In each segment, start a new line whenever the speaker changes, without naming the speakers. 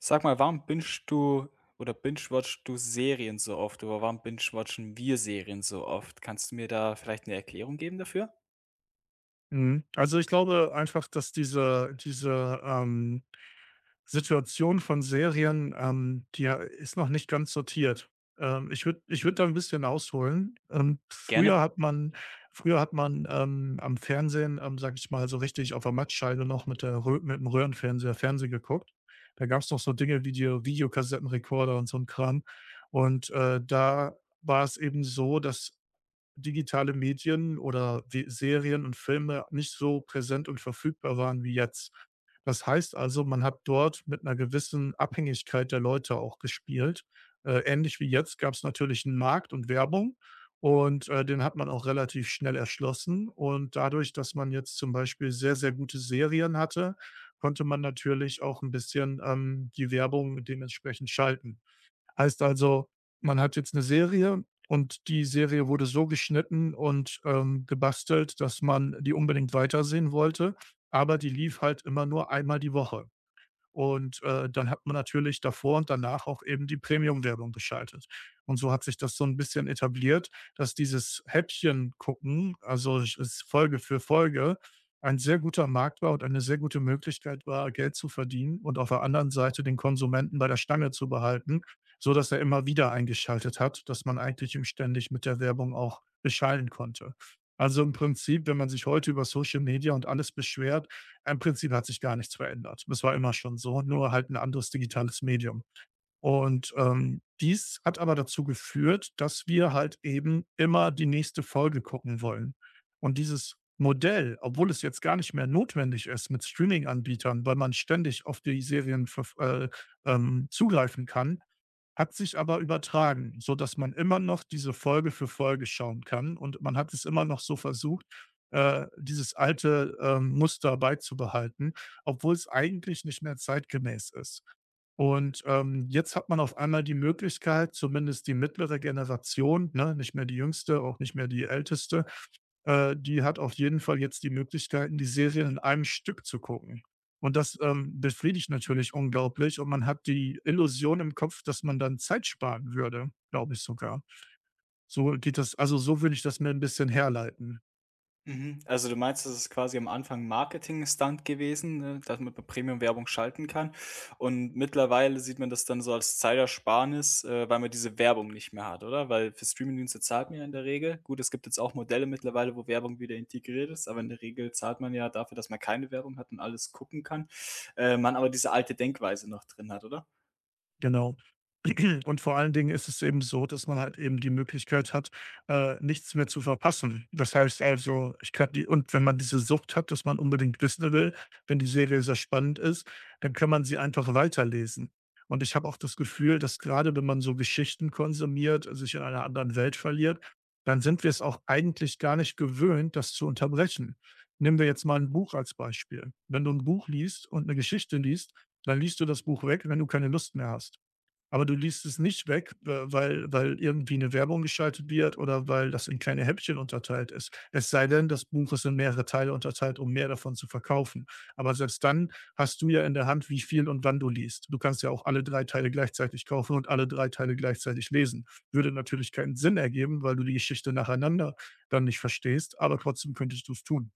Sag mal, warum bingest du oder binge-watchst du Serien so oft? Oder warum binge-watchen wir Serien so oft? Kannst du mir da vielleicht eine Erklärung geben dafür?
Mhm. Also, ich glaube einfach, dass diese Situation von Serien, die ja ist noch nicht ganz sortiert. Ich würde da ein bisschen ausholen. Ähm,
Gerne.
früher hat man früher hat man, ähm, am Fernsehen, sage ich mal, so richtig auf der Mattscheibe noch mit'm Röhrenfernseher Fernseh geguckt. Da gab es noch so Dinge wie die Videokassettenrekorder und so ein Kram. Und da war es eben so, dass digitale Medien oder We Serien und Filme nicht so präsent und verfügbar waren wie jetzt. Das heißt also, man hat dort mit einer gewissen Abhängigkeit der Leute auch gespielt. Ähnlich wie jetzt gab es natürlich einen Markt und Werbung und den hat man auch relativ schnell erschlossen und dadurch, dass man jetzt zum Beispiel sehr, sehr gute Serien hatte, konnte man natürlich auch ein bisschen die Werbung dementsprechend schalten. Heißt also, man hat jetzt eine Serie und die Serie wurde so geschnitten und gebastelt, dass man die unbedingt weitersehen wollte, aber die lief halt immer nur einmal die Woche. Und dann hat man natürlich davor und danach auch eben die Premium-Werbung geschaltet. Und so hat sich das so ein bisschen etabliert, dass dieses Häppchen-Gucken, also sch es ist Folge für Folge, ein sehr guter Markt war und eine sehr gute Möglichkeit war, Geld zu verdienen und auf der anderen Seite den Konsumenten bei der Stange zu behalten, so dass er immer wieder eingeschaltet hat, dass man eigentlich ihm ständig mit der Werbung auch beschallen konnte. Also, im Prinzip, wenn man sich heute über Social Media und alles beschwert, im Prinzip hat sich gar nichts verändert. Das war immer schon so, nur halt ein anderes digitales Medium. Und dies hat aber dazu geführt, dass wir halt eben immer die nächste Folge gucken wollen. Und dieses Modell, obwohl es jetzt gar nicht mehr notwendig ist mit Streaming-Anbietern, weil man ständig auf die Serien verf zugreifen kann, hat sich aber übertragen, so dass man immer noch diese Folge für Folge schauen kann und man hat es immer noch so versucht, dieses alte Muster beizubehalten, obwohl es eigentlich nicht mehr zeitgemäß ist. Und jetzt hat man auf einmal die Möglichkeit, zumindest die mittlere Generation, ne, nicht mehr die jüngste, auch nicht mehr die älteste, die hat auf jeden Fall jetzt die Möglichkeiten, die Serien in einem Stück zu gucken. Und das befriedigt natürlich unglaublich und man hat die Illusion im Kopf, dass man dann Zeit sparen würde, glaube ich sogar. So würde ich das mir ein bisschen herleiten.
Mhm. Also du meinst, das ist quasi am Anfang ein Marketing-Stunt gewesen, ne, dass man bei Premium-Werbung schalten kann. Und mittlerweile sieht man das dann so als Zeitersparnis, weil man diese Werbung nicht mehr hat, oder? Weil für Streamingdienste zahlt man ja in der Regel. Gut, es gibt jetzt auch Modelle mittlerweile, wo Werbung wieder integriert ist, aber in der Regel zahlt man ja dafür, dass man keine Werbung hat und alles gucken kann. Man aber diese alte Denkweise noch drin hat, oder?
Genau. Und vor allen Dingen ist es eben so, dass man halt eben die Möglichkeit hat, nichts mehr zu verpassen. Das heißt also, ich kann die und wenn man diese Sucht hat, dass man unbedingt wissen will, wenn die Serie sehr spannend ist, dann kann man sie einfach weiterlesen. Und ich habe auch das Gefühl, dass gerade wenn man so Geschichten konsumiert, sich in einer anderen Welt verliert, dann sind wir es auch eigentlich gar nicht gewöhnt, das zu unterbrechen. Nehmen wir jetzt mal ein Buch als Beispiel. Wenn du ein Buch liest und eine Geschichte liest, dann liest du das Buch weg, wenn du keine Lust mehr hast. Aber du liest es nicht weg, we weil weil irgendwie eine Werbung geschaltet wird oder weil das in kleine Häppchen unterteilt ist. Es sei denn, das Buch ist in mehrere Teile unterteilt, um mehr davon zu verkaufen. Aber selbst dann hast du ja in der Hand, wie viel und wann du liest. Du kannst ja auch alle 3 Teile gleichzeitig kaufen und alle 3 Teile gleichzeitig lesen. Würde natürlich keinen Sinn ergeben, weil du die Geschichte nacheinander dann nicht verstehst, aber trotzdem könntest du es tun.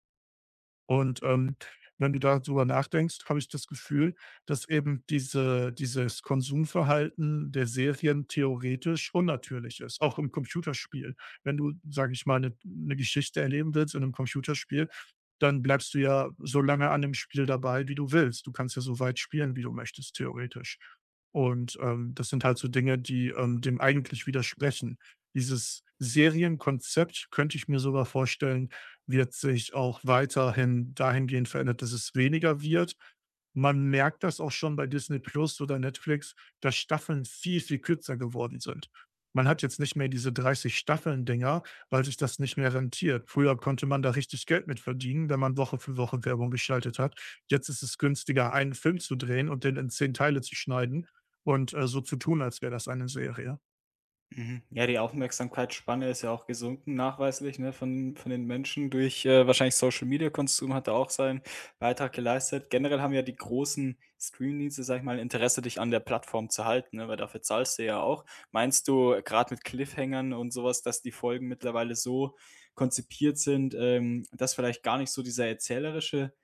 Und wenn du da drüber nachdenkst, habe ich das Gefühl, dass eben dieses Konsumverhalten der Serien theoretisch unnatürlich ist, auch im Computerspiel. Wenn du, sage ich mal, eine 'ne Geschichte erleben willst in einem Computerspiel, dann bleibst du ja so lange an dem Spiel dabei, wie du willst. Du kannst ja so weit spielen, wie du möchtest, theoretisch. Und das sind halt so Dinge, die dem eigentlich widersprechen. Dieses Serienkonzept könnte ich mir sogar vorstellen wird sich auch weiterhin dahingehend verändert, dass es weniger wird. Man merkt das auch schon bei Disney Plus oder Netflix, dass Staffeln viel, viel kürzer geworden sind. Man hat jetzt nicht mehr diese 30 Staffeln-Dinger, weil sich das nicht mehr rentiert. Früher konnte man da richtig Geld mit verdienen, wenn man Woche für Woche Werbung geschaltet hat. Jetzt ist es günstiger, einen Film zu drehen und den in 10 Teile zu schneiden und so zu tun, als wäre das eine Serie.
Mhm. Ja, die Aufmerksamkeitsspanne ist ja auch gesunken nachweislich, ne, von den Menschen durch, wahrscheinlich Social-Media-Konsum hat da auch seinen Beitrag geleistet. Generell haben ja die großen Streamdienste sage ich mal, 'n Interesse, dich an der Plattform zu halten, ne, weil dafür zahlst du ja auch. Meinst du, gerade mit Cliffhangern und sowas, dass die Folgen mittlerweile so konzipiert sind, dass vielleicht gar nicht so dieser erzählerische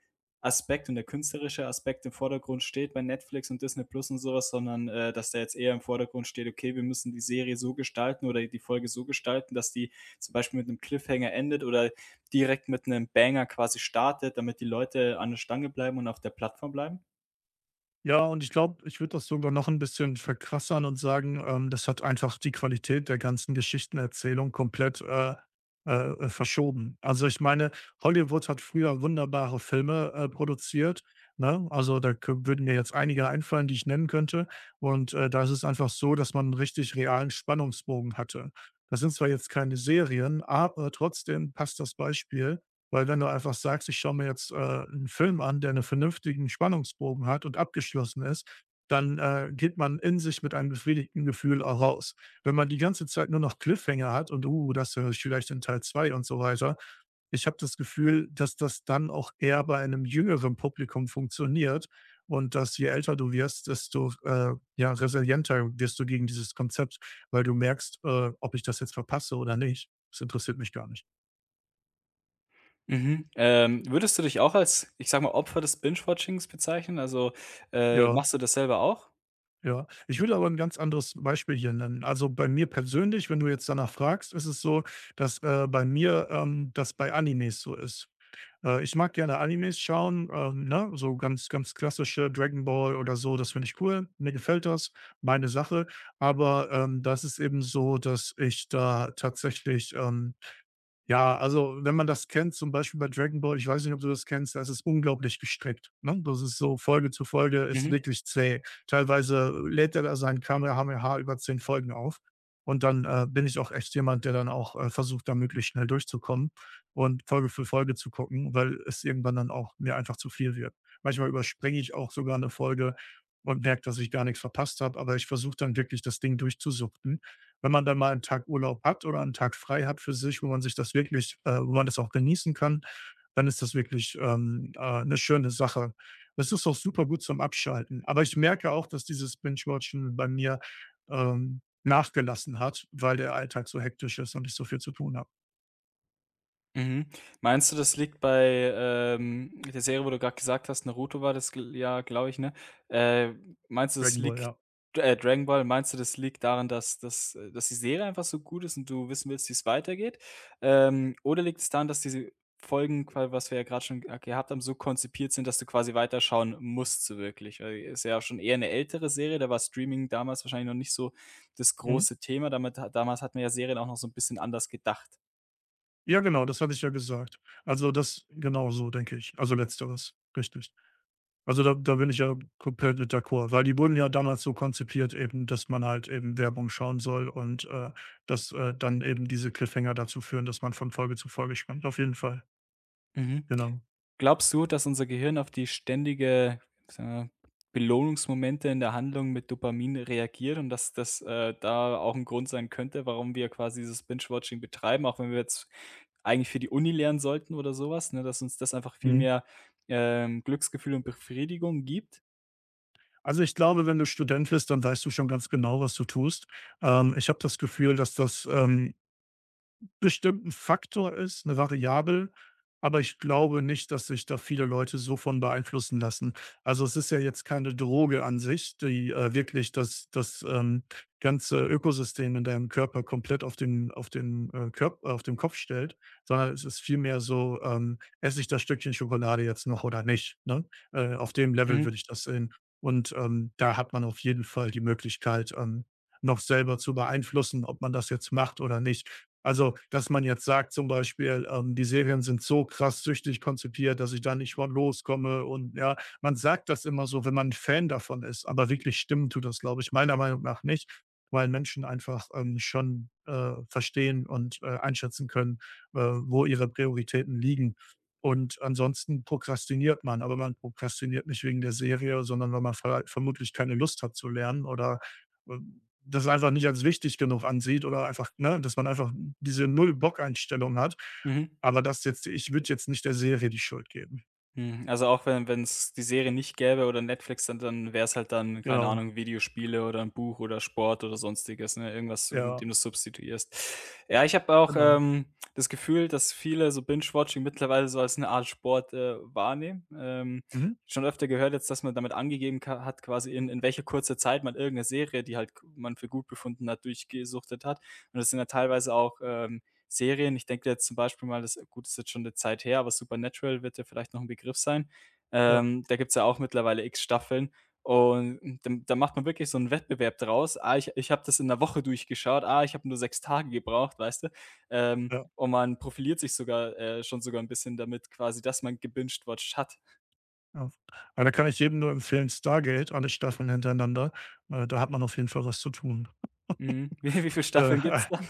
Aspekt und der künstlerische Aspekt im Vordergrund steht bei Netflix und Disney Plus und sowas, sondern, dass da jetzt eher im Vordergrund steht: „Okay, wir müssen die Serie so gestalten oder die Folge so gestalten, dass die zum Beispiel mit einem Cliffhanger endet oder direkt mit einem Banger quasi startet, damit die Leute an der Stange bleiben und auf der Plattform bleiben?“
Ja, und ich glaube, ich würde das sogar noch ein bisschen verkrassern und sagen, das hat einfach die Qualität der ganzen Geschichtenerzählung komplett verschoben. Also, ich meine, Hollywood hat früher wunderbare Filme produziert, ne? Also, da kö würden mir jetzt einige einfallen, die ich nennen könnte. Und da ist es einfach so, dass man einen richtig realen Spannungsbogen hatte. Das sind zwar jetzt keine Serien, aber trotzdem passt das Beispiel, weil wenn du einfach sagst: „Ich schaue mir jetzt 'n Film an, der einen vernünftigen Spannungsbogen hat und abgeschlossen ist“, dann geht man in sich mit einem befriedigten Gefühl auch raus. Wenn man die ganze Zeit nur noch Cliffhanger hat und: das höre ich vielleicht in Teil 2 und so weiter.“ Ich habe das Gefühl, dass das dann auch eher bei einem jüngeren Publikum funktioniert und dass je älter du wirst, desto, ja, resilienter wirst du gegen dieses Konzept, weil du merkst: „Ob ich das jetzt verpasse oder nicht, das interessiert mich gar nicht.“
Mhm. Würdest du dich auch als, ich sage mal, Opfer des Binge-Watchings bezeichnen? Also,
Ja.
machst du das selber auch?
Ja, ich würde aber ein ganz anderes Beispiel hier nennen. Also, bei mir persönlich, wenn du jetzt danach fragst, ist es so, dass bei mir das bei Animes so ist. Ich mag gerne Animes schauen, ne, so ganz ganz klassische Dragon Ball oder so, das finde ich cool. Mir gefällt das, meine Sache. Aber das ist eben so, dass ich da tatsächlich, ja, also, wenn man das kennt, zum Beispiel bei Dragon Ball, ich weiß nicht, ob du das kennst, das ist unglaublich gestreckt, ne? Das ist so Folge zu Folge ist
Mhm.
wirklich zäh. Teilweise lädt er da sein Kamehameha über 10 Folgen auf und dann bin ich auch echt jemand, der dann auch versucht, da möglichst schnell durchzukommen und Folge für Folge zu gucken, weil es irgendwann dann auch mir einfach zu viel wird. Manchmal überspringe ich auch sogar eine Folge und merke, dass ich gar nichts verpasst habe, aber ich versuche dann wirklich, das Ding durchzusuchten wenn man dann mal einen Tag Urlaub hat oder einen Tag frei hat für sich, wo man sich das wirklich, wo man das auch genießen kann, dann ist das wirklich, 'ne schöne Sache. Das ist auch super gut zum Abschalten. Aber ich merke auch, dass dieses Binge-Watchen bei mir, ähm, nachgelassen hat, weil der Alltag so hektisch ist und ich so viel zu tun habe.
Mhm. Meinst du, das liegt bei, der Serie, wo du gerade gesagt hast, Naruto war das gl ja, glaube ich, ne? Äh, Meinst du, das
Dragon Ball,
liegt
ja.
Dragon Ball, meinst du, das liegt daran, dass die Serie einfach so gut ist und du wissen willst, wie es weitergeht? Oder liegt es daran, dass diese Folgen quasi, was wir ja gerade schon, gehabt haben, so konzipiert sind, dass du quasi weiterschauen musst so wirklich? Weil ist ja schon eher eine ältere Serie, da war Streaming damals wahrscheinlich noch nicht so das
Mhm.
große Thema. Damit Damals hat man ja Serien auch noch so ein bisschen anders gedacht.
Ja, genau, das hatte ich ja gesagt. Also, das genau so denke ich. Also, Letzteres, richtig. Also, da bin ich ja komplett mit d'accord, weil die wurden ja damals so konzipiert eben, dass man halt eben Werbung schauen soll und dass dann eben diese Cliffhanger dazu führen, dass man von Folge zu Folge springt. Auf jeden Fall,
Mhm.
genau.
Glaubst du, dass unser Gehirn auf die ständige, sagen wir, Belohnungsmomente in der Handlung mit Dopamin reagiert und dass das, da auch ein Grund sein könnte, warum wir quasi dieses Binge-Watching betreiben, auch wenn wir jetzt eigentlich für die Uni lernen sollten oder sowas, ne, dass uns das einfach viel
Mhm.
mehr, Glücksgefühl und Befriedigung gibt?
Also, ich glaube, wenn du Student bist, dann weißt du schon ganz genau, was du tust. Ich habe das Gefühl, dass das bestimmt 'n Faktor ist, 'ne Variable, aber ich glaube nicht, dass sich da viele Leute so von beeinflussen lassen. Also, es ist ja jetzt keine Droge an sich, die wirklich das ganze Ökosystem in deinem Körper komplett auf den Kopf stellt, sondern es ist vielmehr so: „Esse ich das Stückchen Schokolade jetzt noch oder nicht?“, ne? Auf dem Level
Mhm,
würde ich das sehen. Und da hat man auf jeden Fall die Möglichkeit, noch selber zu beeinflussen, ob man das jetzt macht oder nicht. Also, dass man jetzt sagt zum Beispiel, die Serien sind so krass süchtig konzipiert, dass ich da nicht von loskomme und ja, man sagt das immer so, wenn man 'n Fan davon ist, aber wirklich stimmen tut das, glaube ich, meiner Meinung nach nicht, weil Menschen einfach schon verstehen und einschätzen können, wo ihre Prioritäten liegen. Und ansonsten prokrastiniert man, aber man prokrastiniert nicht wegen der Serie, sondern weil man verei vermutlich keine Lust hat zu lernen oder, äh das einfach nicht als wichtig genug ansieht oder einfach ne, dass man einfach diese Null-Bock-Einstellung hat.
mhm.
Aber das jetzt ich würde jetzt nicht der Serie die Schuld geben.
Mhm, also auch wenn es die Serie nicht gäbe oder Netflix, dann wäre es halt dann, keine
Genau.
Ahnung, Videospiele oder ein Buch oder Sport oder Sonstiges, ne? Irgendwas, mit
Ja,
dem du substituierst. Ja, ich habe auch,
genau.
das Gefühl, dass viele so Binge-Watching mittlerweile so als eine Art Sport, wahrnehmen.
Mhm.
Schon öfter gehört jetzt, dass man damit angegeben ka hat quasi, in welcher kurzer Zeit man irgendeine Serie, die halt man für gut befunden hat, durchgesuchtet hat. Und das sind ja teilweise auch, Serien. Ich denke jetzt zum Beispiel mal, das gut, ist jetzt schon eine Zeit her, aber Supernatural wird ja vielleicht noch ein Begriff sein.
Ja,
Da gibt's ja auch mittlerweile X Staffeln und dann da macht man wirklich so einen Wettbewerb draus: „Ah, ich habe das in einer Woche durchgeschaut. Ah, ich habe nur 6 Tage gebraucht“, weißt du?
ja,
Und man profiliert sich sogar schon sogar ein bisschen damit quasi, dass man gebinged watched hat.
ja. Aber da kann ich jedem nur empfehlen, Stargate, alle Staffeln hintereinander. Da hat man auf jeden Fall was zu tun.
Mhm. Wie viele
Äh.
Staffeln gibt's da?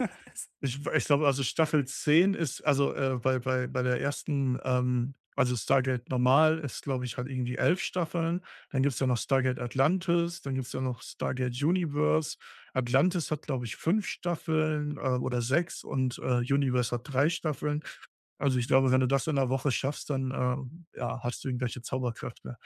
Ich glaube, also, Staffel 10 ist also, bei bei der ersten, also, Stargate normal ist, glaube ich, halt irgendwie 11 Staffeln. Dann gibt's ja noch Stargate Atlantis, dann gibt's ja noch Stargate Universe. Atlantis hat, glaube ich, 5 Staffeln, oder 6 und, Universe hat 3 Staffeln. Also, ich glaube, wenn du das in einer Woche schaffst, dann, ja, hast du irgendwelche Zauberkräfte.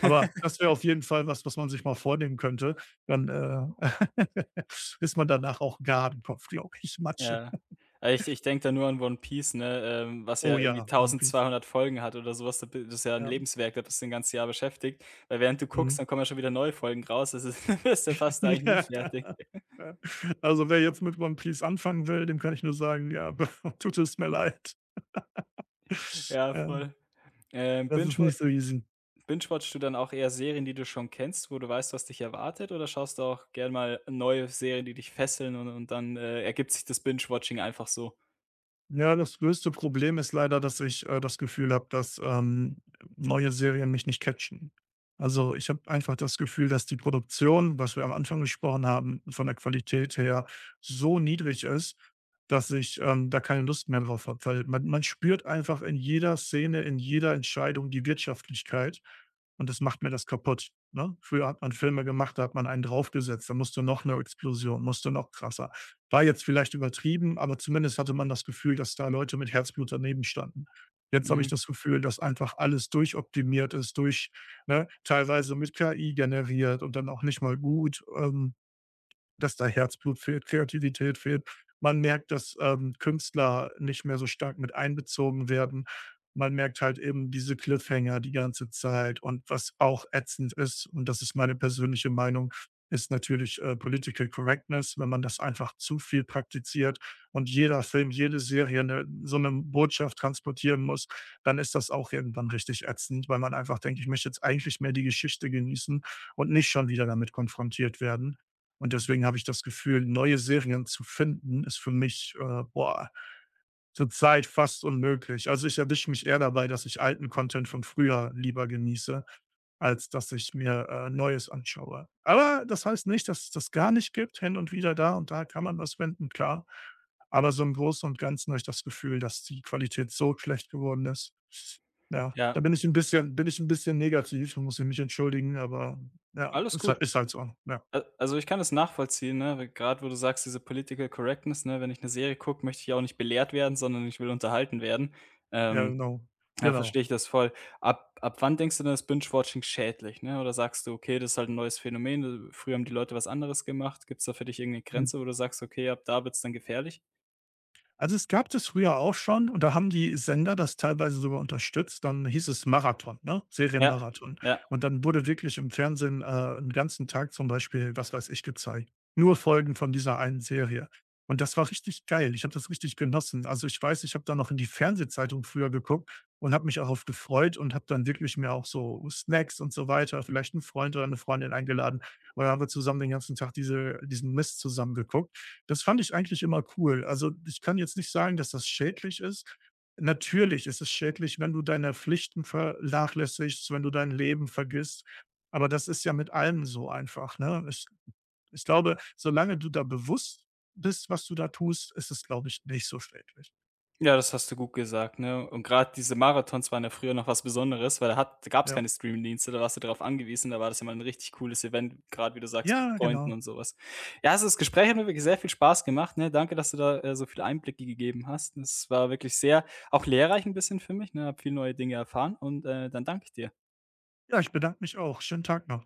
Aber das wäre auf jeden Fall was, was man sich mal vornehmen könnte. Dann, ist man danach auch Gadenkopf, glaube ich, Matsche.
Ja. Ah, ich denke da nur an One Piece, ne, was
Oh
ja irgendwie
ja, One Piece.
1200 Folgen hat oder sowas. Da bi das ist ja ein
Ja.
Lebenswerk, das bist du 'n ganzes Jahr beschäftigt, weil während du
Mhm.
guckst, dann kommen ja schon wieder neue Folgen raus. Das ist bist ja fast eigentlich nie fertig.
Ja. Also, wer jetzt mit One Piece anfangen will, dem kann ich nur sagen, ja, tut es mir leid.
Ja,
Ja,
voll. Ähm,
das ist
binge-wat
nicht so easy.
Binge-watchst du dann auch eher Serien, die du schon kennst, wo du weißt, was dich erwartet, oder schaust du auch gern mal neue Serien, die dich fesseln und dann, ergibt sich das Binge-Watching einfach so?
Ja, das größte Problem ist leider, dass ich, das Gefühl habe, dass, neue Serien mich nicht catchen. Also, ich habe einfach das Gefühl, dass die Produktion, was wir am Anfang gesprochen haben, von der Qualität her so niedrig ist, dass ich, da keine Lust mehr drauf habe, weil man spürt einfach in jeder Szene, in jeder Entscheidung die Wirtschaftlichkeit und das macht mir das kaputt, ne? Früher hat man Filme gemacht, da hat man einen draufgesetzt, da musste noch eine Explosion, musste noch krasser. War jetzt vielleicht übertrieben, aber zumindest hatte man das Gefühl, dass da Leute mit Herzblut daneben standen. Jetzt habe ich
Mhm.
das Gefühl, dass einfach alles durchoptimiert ist, durch ne, teilweise mit KI generiert und dann auch nicht mal gut. Dass da Herzblut fehlt, Kreativität fehlt. Man merkt, dass, Künstler nicht mehr so stark mit einbezogen werden. Man merkt halt eben diese Cliffhanger die ganze Zeit und was auch ätzend ist, und das ist meine persönliche Meinung, ist natürlich, Political Correctness, wenn man das einfach zu viel praktiziert und jeder Film, jede Serie 'ne so eine Botschaft transportieren muss, dann ist das auch irgendwann richtig ätzend, weil man einfach denkt: „Ich möchte jetzt eigentlich mehr die Geschichte genießen und nicht schon wieder damit konfrontiert werden.“ Und deswegen habe ich das Gefühl, neue Serien zu finden, ist für mich, boah, zurzeit fast unmöglich. Also, ich erwische mich eher dabei, dass ich alten Content von früher lieber genieße, als dass ich mir, Neues anschaue. Aber das heißt nicht, dass es das gar nicht gibt. Hin und wieder da und da kann man was finden, klar. Aber so im Großen und Ganzen habe ich das Gefühl, dass die Qualität so schlecht geworden ist. Ja, da
Ja,
bin ich ein bisschen negativ, muss ich mich entschuldigen, aber ja,
alles gut.
ist halt so, ja.
Al Also, ich kann das nachvollziehen, ne, weil grad, wo du sagst, diese Political Correctness, ne, wenn ich eine Serie gucke, möchte ich ja auch nicht belehrt werden, sondern ich will unterhalten werden.
Ja,
Ähm,
genau.
Da
Genau.
verstehe ich das voll. Ab wann denkst du denn, ist Binge-Watching schädlich, ne? Oder sagst du: „Okay, das ist halt ein neues Phänomen, früher haben die Leute was anderes gemacht.“ Gibt es da für dich irgendeine
Mhm.
Grenze, wo du sagst: „Okay, ab da wird's dann gefährlich?“
Also, es gab das früher auch schon und da haben die Sender das teilweise sogar unterstützt. Dann hieß es Marathon, ne?
Ja,
Serienmarathon.
ja.
Und dann wurde wirklich im Fernsehen, 'n ganzen Tag zum Beispiel, was weiß ich, gezeigt. Nur Folgen von dieser einen Serie. Und das war richtig geil. Ich habe das richtig genossen. Also, ich weiß, ich habe da noch in die Fernsehzeitung früher geguckt und habe mich darauf gefreut und habe dann wirklich mir auch so Snacks und so weiter, vielleicht einen Freund oder eine Freundin eingeladen und dann haben wir zusammen den ganzen Tag diesen Mist zusammen geguckt. Das fand ich eigentlich immer cool. Also, ich kann jetzt nicht sagen, dass das schädlich ist. Natürlich ist es schädlich, wenn du deine Pflichten vernachlässigst, wenn du dein Leben vergisst. Aber das ist ja mit allem so einfach, ne? Ich glaube, solange du da bewusst bist, was du da tust, ist es, glaube ich, nicht so schädlich.
Ja, das hast du gut gesagt, ne? Und gerade diese Marathons waren ja früher noch was Besonderes, weil da gab's
Ja.
keine Streamingdienste, da warst du darauf angewiesen, da war das ja mal 'n richtig cooles Event, gerade wie du sagst, mit
Ja,
Freunden
genau.
und sowas. Ja, also, das Gespräch hat mir wirklich sehr viel Spaß gemacht, ne? Danke, dass du da, so viele Einblicke gegeben hast. Das war wirklich sehr auch lehrreich ein bisschen für mich, ne? Habe viele neue Dinge erfahren und, dann danke ich dir.
Ja, ich bedanke mich auch. Schönen Tag noch.